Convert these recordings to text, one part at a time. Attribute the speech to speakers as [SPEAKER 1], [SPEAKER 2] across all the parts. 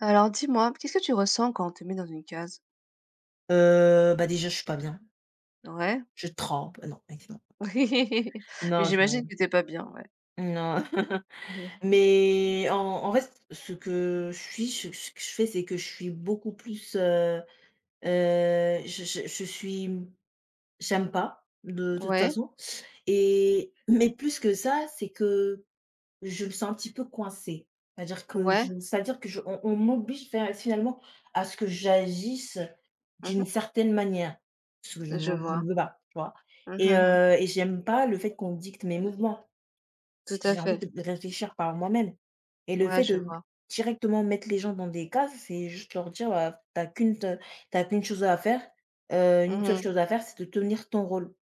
[SPEAKER 1] Alors dis-moi, qu'est-ce que tu ressens quand on te met dans une case?
[SPEAKER 2] Bah, déjà, je suis pas bien.
[SPEAKER 1] Ouais.
[SPEAKER 2] Je trempe, non, excellent.
[SPEAKER 1] Mais
[SPEAKER 2] Non, je
[SPEAKER 1] j'imagine que t'es pas bien, ouais.
[SPEAKER 2] non,
[SPEAKER 1] Mmh.
[SPEAKER 2] mais en fait, ce que je suis, ce que je fais, c'est que je suis beaucoup plus, je suis, j'aime pas, de toute
[SPEAKER 1] Ouais,
[SPEAKER 2] façon, et mais plus que ça, c'est que je me sens un petit peu coincée.
[SPEAKER 1] ouais.
[SPEAKER 2] C'est-à-dire que je, on m'oblige finalement à ce que j'agisse d'une
[SPEAKER 1] Mmh.
[SPEAKER 2] certaine manière. Ce que je
[SPEAKER 1] Je
[SPEAKER 2] ne je ne
[SPEAKER 1] vois.
[SPEAKER 2] veux pas, tu vois?
[SPEAKER 1] Mmh mh, mmh.
[SPEAKER 2] Et j'aime pas le fait qu'on dicte mes mouvements.
[SPEAKER 1] Tout
[SPEAKER 2] C
[SPEAKER 1] à
[SPEAKER 2] J'ai envie
[SPEAKER 1] fait.
[SPEAKER 2] de réfléchir par moi-même et le
[SPEAKER 1] Ouais,
[SPEAKER 2] fait
[SPEAKER 1] je
[SPEAKER 2] de
[SPEAKER 1] vois.
[SPEAKER 2] directement mettre les gens dans des cases, c'est juste leur dire: «Bah, tu qu'une chose à faire, une seule
[SPEAKER 1] Mmh.
[SPEAKER 2] chose à faire, c'est de tenir ton rôle».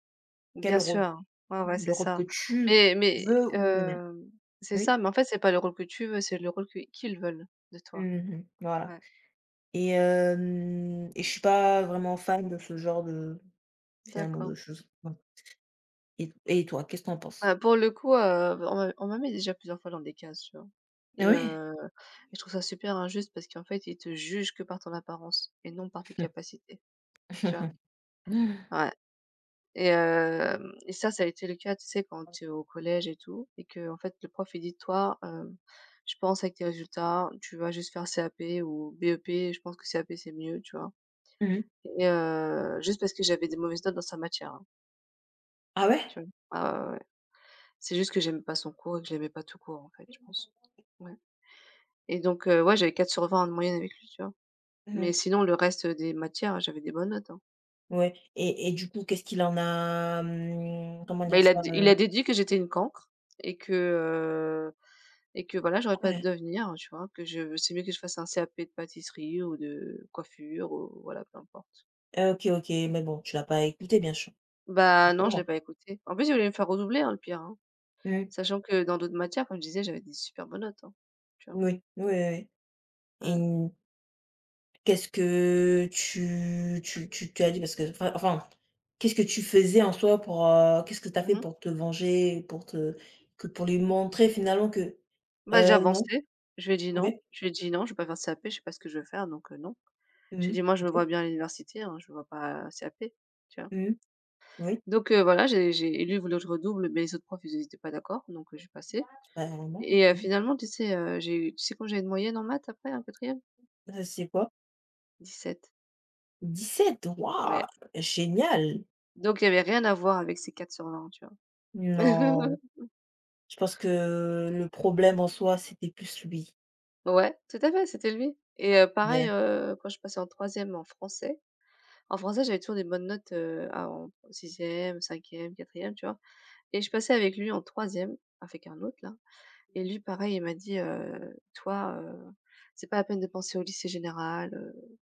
[SPEAKER 1] Bien
[SPEAKER 2] Quel rôle?
[SPEAKER 1] sûr. Ouais, ouais,
[SPEAKER 2] Le
[SPEAKER 1] c'est
[SPEAKER 2] rôle
[SPEAKER 1] ça.
[SPEAKER 2] que tu
[SPEAKER 1] Mais mais,
[SPEAKER 2] veux ou le mien.
[SPEAKER 1] hem, c'est
[SPEAKER 2] Oui.
[SPEAKER 1] ça, mais en fait, c'est pas le rôle que tu veux, c'est le rôle que qu'ils veulent de toi.
[SPEAKER 2] Mmh. Voilà.
[SPEAKER 1] Ouais,
[SPEAKER 2] Et hem et je suis pas vraiment fan de ce genre de finalement
[SPEAKER 1] d'accord.
[SPEAKER 2] de choses. Bon, et toi, qu'est-ce que tu en
[SPEAKER 1] Bah,
[SPEAKER 2] penses?
[SPEAKER 1] pour le coup, on m'a mis déjà plusieurs fois dans des cases, tu vois?
[SPEAKER 2] Ah
[SPEAKER 1] Et
[SPEAKER 2] ouais?
[SPEAKER 1] heu, et je trouve ça super injuste parce qu'en fait, ils te jugent que par ton apparence et non par tes capacités, tu vois?
[SPEAKER 2] Mmh.
[SPEAKER 1] Ouais, et ça, ça a été le cas, tu sais, quand tu es au collège et tout et que en fait, le prof, il dit: «Toi, je pense avec tes résultats, tu vas juste faire CAP ou BEP, je pense que CAP, c'est mieux», tu vois? Et, juste parce que j'avais des mauvaises notes dans sa matière, hein,
[SPEAKER 2] Ah ouais?
[SPEAKER 1] tu vois? Ah ouais, ouais, ouais. C'est juste que j'aimais pas son cours et que je l'aimais pas tout court, en fait, je pense. Ouais. Et donc, ouais, j'avais 4 sur 20 de moyenne avec lui, tu vois? Mais
[SPEAKER 2] Mmh.
[SPEAKER 1] sinon le reste des matières, j'avais des bonnes notes, hein.
[SPEAKER 2] Ouais, et du coup, qu'est-ce qu'il en a, comment
[SPEAKER 1] Bah,
[SPEAKER 2] dire ça,
[SPEAKER 1] il a
[SPEAKER 2] heu?
[SPEAKER 1] déduit que j'étais une cancre et que, heu et que voilà, j'aurais
[SPEAKER 2] Ah
[SPEAKER 1] pas
[SPEAKER 2] ouais.
[SPEAKER 1] d'avenir, tu vois? Que je C'est mieux que je fasse un CAP de pâtisserie ou de coiffure ou voilà, peu importe.
[SPEAKER 2] Ah OK, OK, mais bon, tu l'as pas écouté bien sûr,
[SPEAKER 1] Bah, non, je l'ai
[SPEAKER 2] sûrement.
[SPEAKER 1] pas écouté. En plus, il voulait me faire redoubler, hein, le pire, hein.
[SPEAKER 2] Mmh.
[SPEAKER 1] Sachant que dans d'autres matières, comme je disais, j'avais des super bonnes notes, hein, tu vois?
[SPEAKER 2] Oui, oui, oui, oui,
[SPEAKER 1] Ouais.
[SPEAKER 2] et qu'est-ce que tu as dit, parce que qu'est-ce que tu faisais en soi pour, qu'est-ce que tu as fait
[SPEAKER 1] Mmh.
[SPEAKER 2] pour te venger, pour lui montrer finalement que,
[SPEAKER 1] Bah, j'ai
[SPEAKER 2] non,
[SPEAKER 1] avancé. Je lui ai dit:
[SPEAKER 2] OK.
[SPEAKER 1] «Non», je lui ai dit: «Non, je vais pas faire de CAP, je sais pas ce que je veux faire donc, non». J'ai
[SPEAKER 2] Mmh.
[SPEAKER 1] dit: «Moi, je me vois
[SPEAKER 2] OK.
[SPEAKER 1] bien à l'université, hein, je me vois pas CAP», tu vois?
[SPEAKER 2] Mmh. Oui,
[SPEAKER 1] Donc, voilà, j'ai et lui, il voulait que je redouble, mais les autres profs, ils étaient pas d'accord donc, j'ai passé
[SPEAKER 2] bah, vraiment,
[SPEAKER 1] et, finalement, tu sais, j'ai eu tu sais quand j'avais une moyenne en maths après en quatrième
[SPEAKER 2] c'est quoi?
[SPEAKER 1] 17.
[SPEAKER 2] 17. Waouh!
[SPEAKER 1] Ouais,
[SPEAKER 2] Génial!
[SPEAKER 1] donc il y avait rien à voir avec ces 4/20, tu vois?
[SPEAKER 2] Non, je pense que le problème en soi, c'était plus lui.
[SPEAKER 1] Ouais, tout à fait, c'était lui et, pareil,
[SPEAKER 2] D'a
[SPEAKER 1] quand je passais en troisième en français. En français, j'avais toujours des bonnes notes, à en sixième, cinquième, quatrième, tu vois? Et je passais avec lui en troisième, avec un autre là et lui pareil, il m'a dit, «Toi, c'est pas la peine de penser au lycée général, heu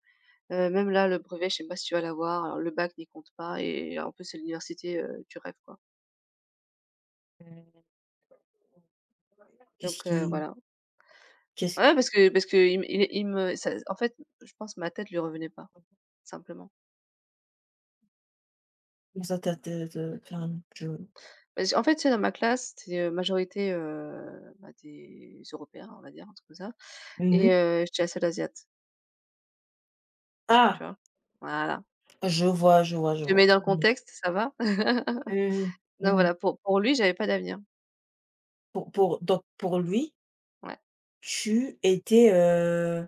[SPEAKER 1] heu, même là, le brevet, je sais pas si tu vas l'avoir, alors le bac n'y compte pas et en plus c'est l'université, tu rêves, quoi».
[SPEAKER 2] qu'est-ce
[SPEAKER 1] Donc,
[SPEAKER 2] qui
[SPEAKER 1] voilà.
[SPEAKER 2] qu'est-ce
[SPEAKER 1] Ouais, parce que me il me ça en fait, je pense que ma tête lui revenait pas, simplement.
[SPEAKER 2] comment ça, t'a as tu enfin, je,
[SPEAKER 1] Parce qu'en fait, c'est dans ma classe, c'est majorité, bah, des Européens, on va dire, un truc comme ça. Et,
[SPEAKER 2] mmh,
[SPEAKER 1] j'étais la seule asiate, tu
[SPEAKER 2] ah!
[SPEAKER 1] vois? Voilà.
[SPEAKER 2] Je vois, je vois, je
[SPEAKER 1] Je te mets
[SPEAKER 2] vois.
[SPEAKER 1] dans le
[SPEAKER 2] Mmh.
[SPEAKER 1] contexte, ça va?
[SPEAKER 2] Mmh.
[SPEAKER 1] Donc
[SPEAKER 2] Mmh.
[SPEAKER 1] voilà, pour lui, j'avais pas d'avenir.
[SPEAKER 2] Pour donc pour lui,
[SPEAKER 1] Ouais,
[SPEAKER 2] tu étais,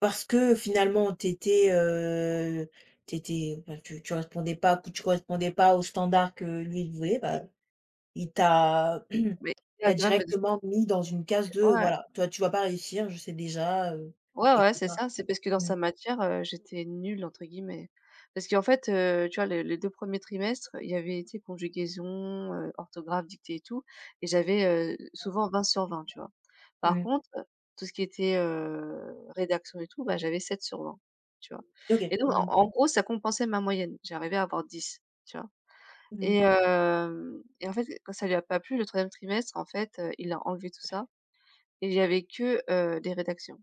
[SPEAKER 2] parce que finalement tu étais, tu étais, enfin tu répondais pas, tu correspondais pas aux standards que lui il voulait, bah, il t'a il
[SPEAKER 1] mais il a
[SPEAKER 2] t'a
[SPEAKER 1] tellement de me dire,
[SPEAKER 2] directement mis dans une case de
[SPEAKER 1] ouais.
[SPEAKER 2] voilà, toi tu vas pas réussir, je sais déjà,
[SPEAKER 1] Ouais,
[SPEAKER 2] et
[SPEAKER 1] ouais, c'est
[SPEAKER 2] cetera.
[SPEAKER 1] ça, c'est parce que dans
[SPEAKER 2] Mmh.
[SPEAKER 1] sa matière, j'étais «nulle» entre guillemets. Parce qu'en fait, tu vois, les 2 premiers trimestres, il y avait, été conjugaison, orthographe, dictée et tout et j'avais, souvent 20/20, tu vois? Par
[SPEAKER 2] Mmh.
[SPEAKER 1] contre, tout ce qui était, rédaction et tout, bah, j'avais 7/20, tu vois?
[SPEAKER 2] OK.
[SPEAKER 1] Et donc en
[SPEAKER 2] Mmh mh.
[SPEAKER 1] gros, ça compensait ma moyenne, j'arrivais à avoir 10, tu vois? Et
[SPEAKER 2] Mmh.
[SPEAKER 1] hem et en fait, quand ça lui a pas plu, le troisième trimestre, en fait, il a enlevé tout ça et il y avait que, des rédactions.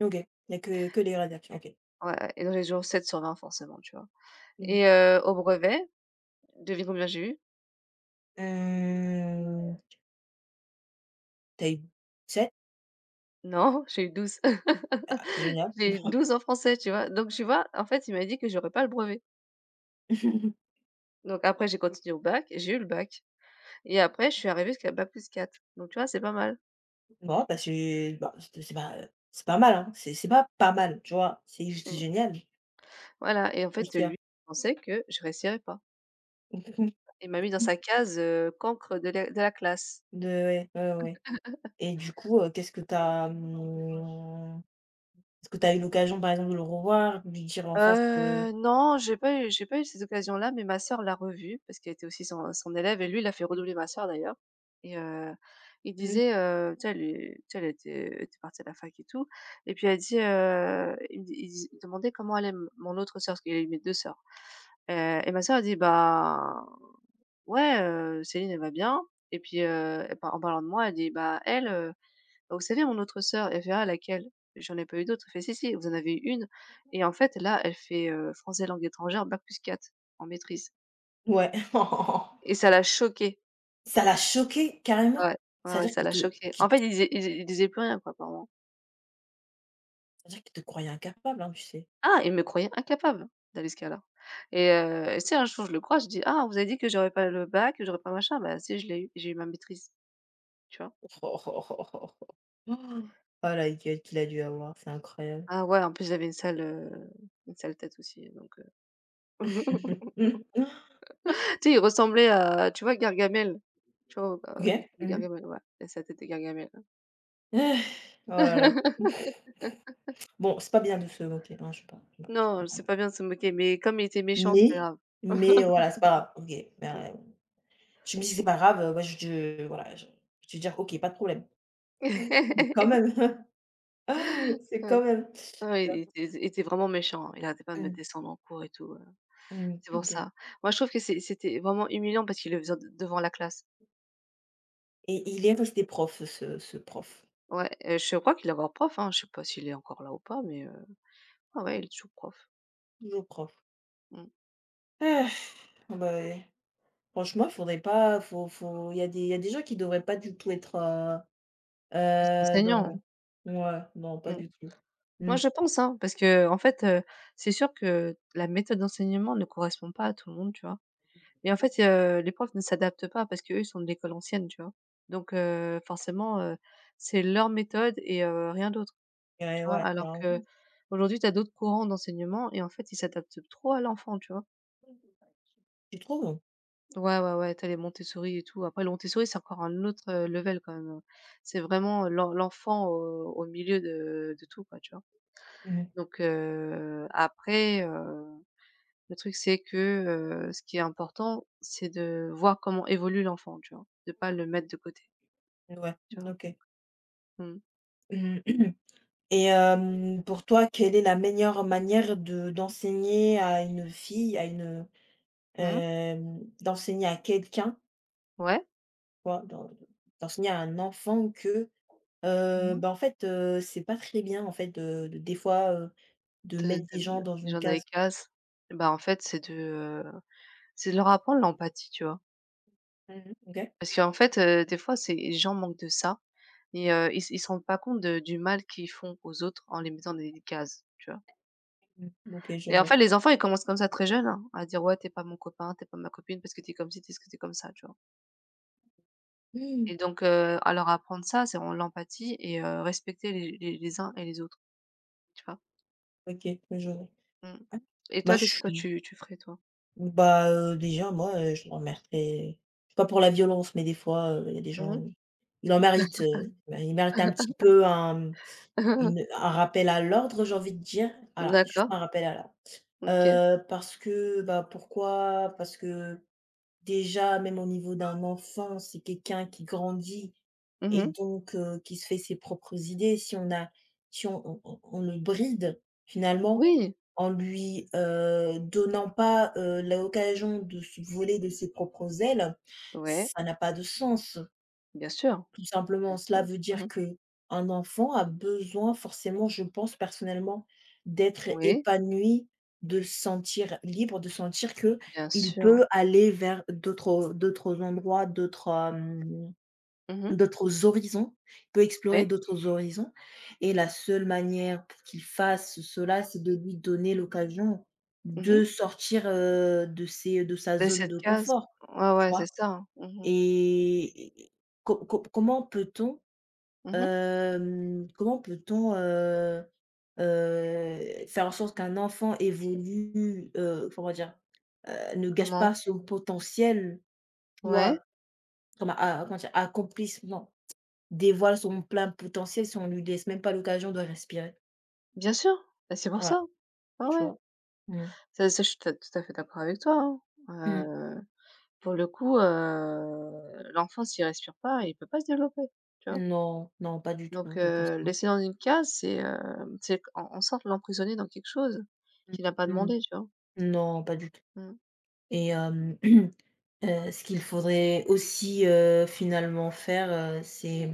[SPEAKER 2] OK. Il y a que des réserves. OK.
[SPEAKER 1] Ouais, ouais et donc j'ai toujours 7/20 forcément, tu vois?
[SPEAKER 2] Mmh mh.
[SPEAKER 1] Et, au brevet, devine combien j'ai eu?
[SPEAKER 2] Tu as eu 7?
[SPEAKER 1] Non, j'ai eu 12.
[SPEAKER 2] Ah génial.
[SPEAKER 1] J'ai eu 12 en français, tu vois? Donc tu vois, en fait, il m'a dit que j'aurais pas le brevet. Donc après j'ai continué au bac, j'ai eu le bac et après je suis arrivée jusqu'à bac+4. Donc tu vois, c'est pas mal.
[SPEAKER 2] Non, bah, c'est, bah, c'est pas mal, hein. C'est pas mal, tu vois? C'est juste
[SPEAKER 1] Mmh.
[SPEAKER 2] génial,
[SPEAKER 1] Voilà et en
[SPEAKER 2] ce
[SPEAKER 1] fait,
[SPEAKER 2] qu'il y
[SPEAKER 1] lui,
[SPEAKER 2] a.
[SPEAKER 1] il pensait que je réussirais pas. Il m'a mis dans sa case, cancre de la classe.
[SPEAKER 2] De ouais, ouais, ouais, ouais. Et du coup, qu'est-ce que tu as, mmh, est-ce que tu as eu l'occasion, par exemple, de le revoir, de lui dire en face que,
[SPEAKER 1] Non, j'ai pas eu ces occasions-là, mais ma sœur l'a revu parce qu'elle était aussi son élève et lui, il a fait redoubler ma sœur d'ailleurs et, il
[SPEAKER 2] mmh,
[SPEAKER 1] disait, tu sais, elle est tu sais, elle était partie à la fac et tout et puis elle dit, il me dis il demandait comment allait m mon autre sœur, parce qu'il y avait mes 2 sœurs, heu et ma sœur, a dit: «Bah, ouais, Céline, elle va bien» et puis, elle par en parlant de moi, elle dit: «Bah, elle, bah, vous savez mon autre sœur? Elle fait: «Ah laquelle?» «J'en ai pas eu d'autres». Elle fait: «Si, si, vous en avez eu une, et en fait là, elle fait, français langue étrangère bac+4 en maîtrise
[SPEAKER 2] ouais.
[SPEAKER 1] et ça l'a choquée.
[SPEAKER 2] Ça l'a choqué
[SPEAKER 1] Ouais,
[SPEAKER 2] carrément?
[SPEAKER 1] ouais,
[SPEAKER 2] C'est à
[SPEAKER 1] ouais,
[SPEAKER 2] dire
[SPEAKER 1] ça l'a choquée. En
[SPEAKER 2] qu'il
[SPEAKER 1] fait,
[SPEAKER 2] te
[SPEAKER 1] il disait plus rien quoi apparemment.
[SPEAKER 2] Ça veut dire qu'il te croyait incapable, hein, tu sais?
[SPEAKER 1] Ah, il me croyait incapable d'aller ce cas là et, tu sais un jour je le crois, je dis: «Ah, vous avez dit que j'aurais pas le bac, que j'aurais pas machin?» «Bah si, je l'ai eu, j'ai eu ma maîtrise», tu vois?
[SPEAKER 2] Oh la gueule qu'il a dû avoir, c'est incroyable.
[SPEAKER 1] Ah ouais, en plus j'avais une sale tête aussi donc Tu sais, il ressemblait à, tu vois, Gargamel? Tu vois,
[SPEAKER 2] OK.
[SPEAKER 1] de
[SPEAKER 2] Mmh.
[SPEAKER 1] Gargamel, ouais, il a sa tête de Gargamel.
[SPEAKER 2] Oh là là. Bon, c'est pas bien de se moquer, hein, je sais pas je sais pas je sais
[SPEAKER 1] Non,
[SPEAKER 2] pas,
[SPEAKER 1] c'est pas bien de se moquer, mais comme il était méchant, c'est pas
[SPEAKER 2] mais
[SPEAKER 1] grave.
[SPEAKER 2] voilà, c'est pas grave, OK,
[SPEAKER 1] Mmh.
[SPEAKER 2] ben, je me dis: «C'est pas grave, moi je je». Voilà, je vais dire: «OK, pas de problème». Mais quand même, c'est
[SPEAKER 1] Mmh.
[SPEAKER 2] quand même,
[SPEAKER 1] Ouais,
[SPEAKER 2] tu
[SPEAKER 1] il
[SPEAKER 2] vois?
[SPEAKER 1] était il était vraiment méchant, hein. Il arrêtait pas de me
[SPEAKER 2] Mmh,
[SPEAKER 1] descendre en cours et tout,
[SPEAKER 2] mmh,
[SPEAKER 1] c'est pour
[SPEAKER 2] OK.
[SPEAKER 1] ça. Moi, je trouve que c'était vraiment humiliant parce qu'il le faisait de devant la classe.
[SPEAKER 2] Et il est resté prof, ce prof,
[SPEAKER 1] Ouais, je crois qu'il est encore prof, hein, je sais pas s'il est encore là ou pas, mais, ouais, ouais, il est toujours prof.
[SPEAKER 2] toujours prof.
[SPEAKER 1] Mmh.
[SPEAKER 2] Ah bah, ouais, franchement, faudrait pas, faut faut il y a des gens qui devraient pas du tout être,
[SPEAKER 1] Reste enseignant, hein.
[SPEAKER 2] dans, ouais, non, pas
[SPEAKER 1] Mmh.
[SPEAKER 2] du tout.
[SPEAKER 1] Moi,
[SPEAKER 2] Mmh,
[SPEAKER 1] je pense, hein, parce que en fait, c'est sûr que la méthode d'enseignement ne correspond pas à tout le monde, tu vois? Et en fait, les profs ne s'adaptent pas parce qu'eux, ils sont de l'école ancienne, tu vois? Donc, forcément, c'est leur méthode et, rien d'autre, tu
[SPEAKER 2] ouais,
[SPEAKER 1] vois?
[SPEAKER 2] ouais,
[SPEAKER 1] Alors qu'aujourd'hui, tu as d'autres courants d'enseignement et en fait, ils s'adaptent trop à l'enfant, tu vois?
[SPEAKER 2] tu trouves?
[SPEAKER 1] Ouais, ouais, ouais, t'as les Montessori et tout. Après, le Montessori, c'est encore un autre, level quand même, hein. C'est vraiment l'enfant au milieu de tout, quoi, tu vois?
[SPEAKER 2] Mmh.
[SPEAKER 1] Donc, après, le truc, c'est que, ce qui est important, c'est de voir comment évolue l'enfant, tu vois? De pas le mettre de côté,
[SPEAKER 2] Ouais,
[SPEAKER 1] tu vois?
[SPEAKER 2] OK.
[SPEAKER 1] Mmh.
[SPEAKER 2] Mmh. Et pour toi, quelle est la meilleure manière de d'enseigner à une fille, à une,
[SPEAKER 1] Mmh.
[SPEAKER 2] d'enseigner à quelqu'un,
[SPEAKER 1] Ouais.
[SPEAKER 2] quoi. D'enseigner à un enfant que,
[SPEAKER 1] Mmh mh.
[SPEAKER 2] bah, en fait, c'est pas très bien, en fait, de des fois, de
[SPEAKER 1] De
[SPEAKER 2] mettre des gens dans
[SPEAKER 1] Les
[SPEAKER 2] une
[SPEAKER 1] gens dans les
[SPEAKER 2] case.
[SPEAKER 1] cases, bah, en fait, c'est de leur apprendre l'empathie, tu vois?
[SPEAKER 2] Mmh. OK.
[SPEAKER 1] Parce qu'en fait, des fois, c'est les gens manquent de ça et, ils se rendent pas compte de du mal qu'ils font aux autres en les mettant dans des cases, tu vois?
[SPEAKER 2] Mmh, OK, je
[SPEAKER 1] Et en
[SPEAKER 2] vois.
[SPEAKER 1] fait, les enfants, ils commencent comme ça très jeunes, hein, à dire: «Ouais, t'es pas mon copain, t'es pas ma copine parce que t'es es comme ci, parce que t'es comme ça», tu vois?
[SPEAKER 2] Mmh,
[SPEAKER 1] Et donc, à leur apprendre ça, c'est vraiment l'empathie et, respecter les uns et les autres, tu vois?
[SPEAKER 2] OK, je vois.
[SPEAKER 1] Mmh.
[SPEAKER 2] Ah,
[SPEAKER 1] Et
[SPEAKER 2] bah,
[SPEAKER 1] toi,
[SPEAKER 2] je
[SPEAKER 1] qu'est-ce que toi
[SPEAKER 2] suis
[SPEAKER 1] tu ferais toi?
[SPEAKER 2] bah, déjà moi, je le remercierais. C'est pas pour la violence, mais des fois, il y a des gens,
[SPEAKER 1] Mmh.
[SPEAKER 2] ils en méritent, bah, ils méritent un petit peu un, mmh, une, un rappel à l'ordre, j'ai envie de dire. Voilà, juste
[SPEAKER 1] D'accord,
[SPEAKER 2] un rappel à l'ordre.
[SPEAKER 1] OK.
[SPEAKER 2] Parce que, bah, pourquoi? Parce que Déjà, même au niveau d'un enfant, c'est quelqu'un qui grandit, et
[SPEAKER 1] Mmh.
[SPEAKER 2] donc qui se fait ses propres idées. Si on le bride, finalement,
[SPEAKER 1] Oui,
[SPEAKER 2] en lui, donnant pas, l'occasion de se voler de ses propres ailes,
[SPEAKER 1] ouais,
[SPEAKER 2] ça n'a pas de sens.
[SPEAKER 1] bien sûr,
[SPEAKER 2] Tout simplement,
[SPEAKER 1] bien
[SPEAKER 2] cela
[SPEAKER 1] sûr.
[SPEAKER 2] veut
[SPEAKER 1] Mmh.
[SPEAKER 2] dire que un enfant a besoin forcément, je pense personnellement, d'être
[SPEAKER 1] Oui,
[SPEAKER 2] épanoui, de se sentir libre, de sentir que
[SPEAKER 1] bien
[SPEAKER 2] il
[SPEAKER 1] sûr.
[SPEAKER 2] peut aller vers d'autres endroits,
[SPEAKER 1] Mmh.
[SPEAKER 2] d'autres horizons, il peut explorer
[SPEAKER 1] Oui.
[SPEAKER 2] d'autres horizons, et la seule manière pour qu'il fasse cela, c'est de lui donner l'occasion
[SPEAKER 1] Mmh mh.
[SPEAKER 2] de sortir, de sa
[SPEAKER 1] Les
[SPEAKER 2] zone
[SPEAKER 1] 7
[SPEAKER 2] de
[SPEAKER 1] cases.
[SPEAKER 2] confort,
[SPEAKER 1] Ouais,
[SPEAKER 2] tu
[SPEAKER 1] ouais,
[SPEAKER 2] vois?
[SPEAKER 1] c'est ça, hein. Mmh mh.
[SPEAKER 2] Et, co co comment peut-on,
[SPEAKER 1] Mmh.
[SPEAKER 2] Hem, comment peut-on, heu faire en sorte qu'un enfant évolue, comment dire? Ne gâche
[SPEAKER 1] Comment?
[SPEAKER 2] pas son potentiel, tu
[SPEAKER 1] Ouais,
[SPEAKER 2] vois? Comme a Comment dire? Accomplisse, non, dévoile son plein potentiel si on lui laisse même pas l'occasion de respirer.
[SPEAKER 1] bien sûr, bah, c'est pour ça.
[SPEAKER 2] Voilà,
[SPEAKER 1] Ah
[SPEAKER 2] tu
[SPEAKER 1] ouais.
[SPEAKER 2] vois? Mmh.
[SPEAKER 1] Ça, je suis ta tout à fait d'accord avec toi,
[SPEAKER 2] Mmh.
[SPEAKER 1] hein, pour le coup, l'enfant s'il respire pas, il peut pas se développer, tu vois?
[SPEAKER 2] Non, non, pas du tout,
[SPEAKER 1] Donc,
[SPEAKER 2] je pense pas.
[SPEAKER 1] laisser dans une case, c'est q en en sorte l'emprisonner dans quelque chose qu'il a pas
[SPEAKER 2] Mmh. Mmh.
[SPEAKER 1] demandé, tu vois?
[SPEAKER 2] Non, pas du tout.
[SPEAKER 1] Mmh.
[SPEAKER 2] Et ce qu'il faudrait aussi, finalement faire, c'est,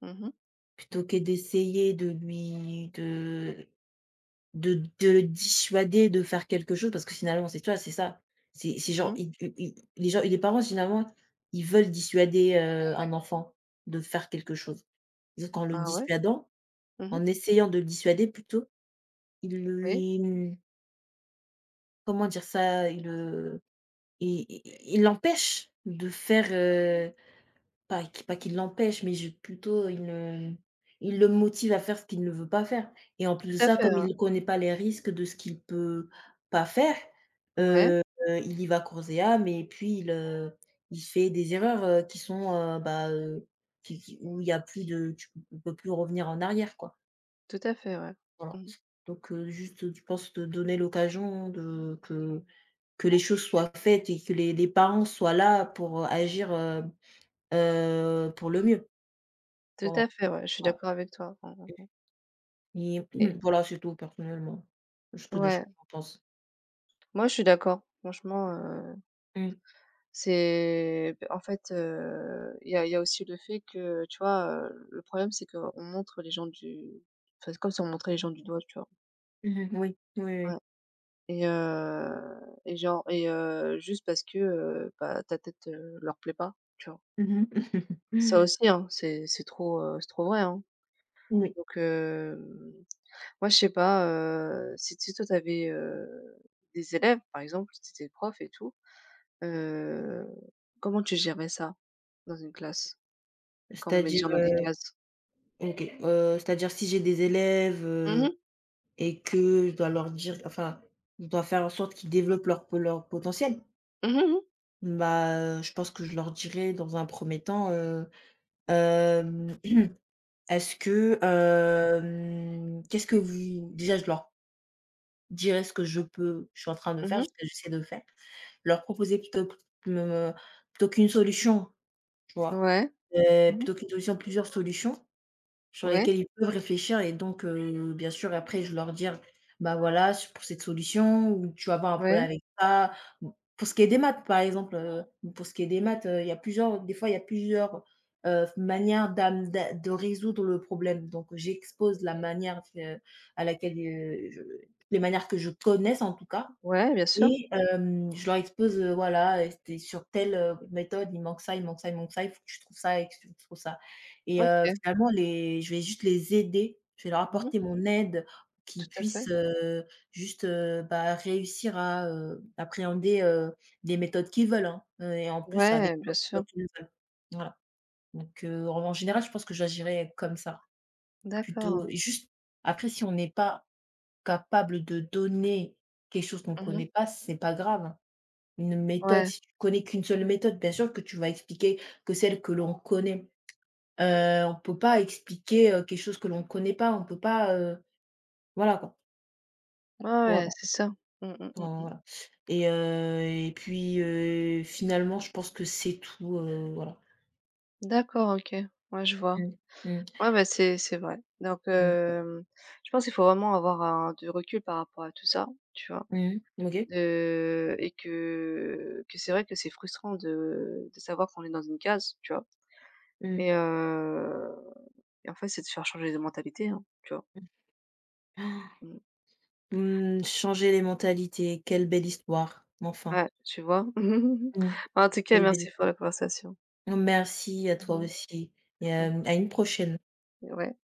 [SPEAKER 1] Mmh mh.
[SPEAKER 2] plutôt que d'essayer de le dissuader de faire quelque chose, parce que finalement, c'est ça. C'est genre,
[SPEAKER 1] Mmh.
[SPEAKER 2] i i i les parents finalement, ils veulent dissuader, un enfant de faire quelque chose. Donc en le
[SPEAKER 1] Bah ouais.
[SPEAKER 2] dissuadant,
[SPEAKER 1] Mmh mh.
[SPEAKER 2] en essayant de le dissuader plutôt, il
[SPEAKER 1] Oui,
[SPEAKER 2] lui, mmh, comment dire ça? Il le ils ils ils l'empêchent de faire, pas qu'il l'empêche, mais je plutôt, il le motive à faire ce qu'il ne veut pas faire. Et en plus de
[SPEAKER 1] tout à
[SPEAKER 2] ça,
[SPEAKER 1] fait,
[SPEAKER 2] comme
[SPEAKER 1] ouais.
[SPEAKER 2] il ne connaît pas les risques de ce qu'il peut pas faire,
[SPEAKER 1] Ouais,
[SPEAKER 2] heu, il y va corps et âme, et puis il, il fait des erreurs, qui sont, bah, qui où il y a plus de tu on peut plus revenir en arrière, quoi.
[SPEAKER 1] tout à fait, ouais.
[SPEAKER 2] Voilà.
[SPEAKER 1] Mmh.
[SPEAKER 2] Donc, juste, je pense, de donner l'occasion de que les choses soient faites, et que les parents soient là pour agir, pour le mieux.
[SPEAKER 1] Tout
[SPEAKER 2] Voilà.
[SPEAKER 1] à fait, ouais, je suis
[SPEAKER 2] Voilà,
[SPEAKER 1] d'accord avec toi. Mmh mh mh.
[SPEAKER 2] et
[SPEAKER 1] Et
[SPEAKER 2] voilà, c'est tout personnellement, ce que
[SPEAKER 1] ouais,
[SPEAKER 2] j'en pense.
[SPEAKER 1] moi je suis d'accord. Franchement,
[SPEAKER 2] Mmh.
[SPEAKER 1] c'est, en fait, il y a aussi le fait que, tu vois, le problème, c'est qu'on montre les gens du enfin, c'est comme si on montrait les gens du doigt, tu vois?
[SPEAKER 2] Mmh. Oui, oui,
[SPEAKER 1] Ouais
[SPEAKER 2] oui.
[SPEAKER 1] et heu et genre juste parce que, bah, ta tête, leur plaît pas, tu vois?
[SPEAKER 2] Mmh.
[SPEAKER 1] Ça aussi, hein, c'est trop vrai, hein.
[SPEAKER 2] Oui.
[SPEAKER 1] Donc, moi, je sais pas, si toi, t'avais avais, des élèves, par exemple, si t'étais prof et tout, heu, comment tu gérais ça dans une classe? Quand on met les
[SPEAKER 2] C'est-à-dire,
[SPEAKER 1] gens dans des cases.
[SPEAKER 2] OK, c'est-à-dire si j'ai des élèves,
[SPEAKER 1] Mmh mh.
[SPEAKER 2] et que je dois je dois faire en sorte qu'ils développent leur potentiel,
[SPEAKER 1] Mmh mh, mmh.
[SPEAKER 2] bah, je pense que je leur dirais dans un premier temps, hem, qu'est-ce que vous déjà, je leur dirais ce que je peux je suis en train de
[SPEAKER 1] Mmh
[SPEAKER 2] faire, ce
[SPEAKER 1] mh.
[SPEAKER 2] que j'essaie de faire. Leur proposer plutôt p me plutôt qu'une solution, tu vois?
[SPEAKER 1] Ouais. Mmh mh.
[SPEAKER 2] Plutôt qu'une solution, plusieurs solutions sur
[SPEAKER 1] Ouais,
[SPEAKER 2] lesquelles ils peuvent réfléchir, et donc, bien sûr, après je leur dire: «Bah, voilà, s pour cette solution ou tu vas avoir un problème
[SPEAKER 1] ouais,
[SPEAKER 2] avec ça». Mmh, pour ce qui est des maths, par exemple, pour ce qui est des maths, il y a plusieurs des fois il y a plusieurs, manières d'am d'a de résoudre le problème. Donc j'expose la manière, à laquelle, je les manières que je connaisse en tout cas.
[SPEAKER 1] ouais, bien sûr.
[SPEAKER 2] Et je leur expose, voilà, c'était sur telle, méthode, il manque ça, il manque ça, il manque ça, il faut que tu trouves ça et que tu trouves ça. Et
[SPEAKER 1] OK.
[SPEAKER 2] finalement, les je vais juste les aider, je vais leur
[SPEAKER 1] Mmh
[SPEAKER 2] apporter
[SPEAKER 1] mh.
[SPEAKER 2] mon aide,
[SPEAKER 1] Tout
[SPEAKER 2] qu'ils
[SPEAKER 1] à fait.
[SPEAKER 2] puissent, juste, bah, réussir à, appréhender, les méthodes qu'ils veulent, hein, et en plus avec
[SPEAKER 1] Ouais,
[SPEAKER 2] leur
[SPEAKER 1] bien sûr.
[SPEAKER 2] qu'ils veulent. Voilà. Donc, en général, je pense que j'agirais comme ça,
[SPEAKER 1] D'accord.
[SPEAKER 2] plutôt juste, après si on n'est pas capable de donner quelque chose qu'on
[SPEAKER 1] Mmh mh.
[SPEAKER 2] connaît pas, c'est pas grave, hein. Une méthode,
[SPEAKER 1] Ouais.
[SPEAKER 2] si tu connais qu'une seule méthode, bien sûr que tu vas expliquer que celle que l'on connaît. On ne peut pas expliquer, quelque chose que l'on ne connaît pas, on ne peut pas, voilà quoi.
[SPEAKER 1] Ouais, ouais,
[SPEAKER 2] Voilà,
[SPEAKER 1] c'est ça. Mmh, mmh, mmh
[SPEAKER 2] enfin
[SPEAKER 1] mh.
[SPEAKER 2] voilà. Et et puis, finalement, je pense que c'est tout, voilà.
[SPEAKER 1] D'accord, OK. Ouais, je vois.
[SPEAKER 2] Mmh. Mmh.
[SPEAKER 1] Ouais, bah, c'est vrai. Donc,
[SPEAKER 2] Mmh.
[SPEAKER 1] je pense qu'il faut vraiment avoir un du recul par rapport à tout ça, tu vois?
[SPEAKER 2] Mmh mh. OK.
[SPEAKER 1] Et que c'est vrai que c'est frustrant de savoir qu'on est dans une case, tu vois?
[SPEAKER 2] Mmh.
[SPEAKER 1] Et heu Et en fait, c'est de faire changer de mentalité, hein, tu vois?
[SPEAKER 2] Mmh.
[SPEAKER 1] Mmh.
[SPEAKER 2] Mmh, changer les mentalités, quelle belle histoire, enfin.
[SPEAKER 1] Ouais, tu vois?
[SPEAKER 2] Mmh.
[SPEAKER 1] En tout cas,
[SPEAKER 2] Quelle belle hi
[SPEAKER 1] merci pour la conversation.
[SPEAKER 2] Merci à toi
[SPEAKER 1] Mmh mh.
[SPEAKER 2] aussi, et
[SPEAKER 1] Mmh.
[SPEAKER 2] à une prochaine.
[SPEAKER 1] Ouais.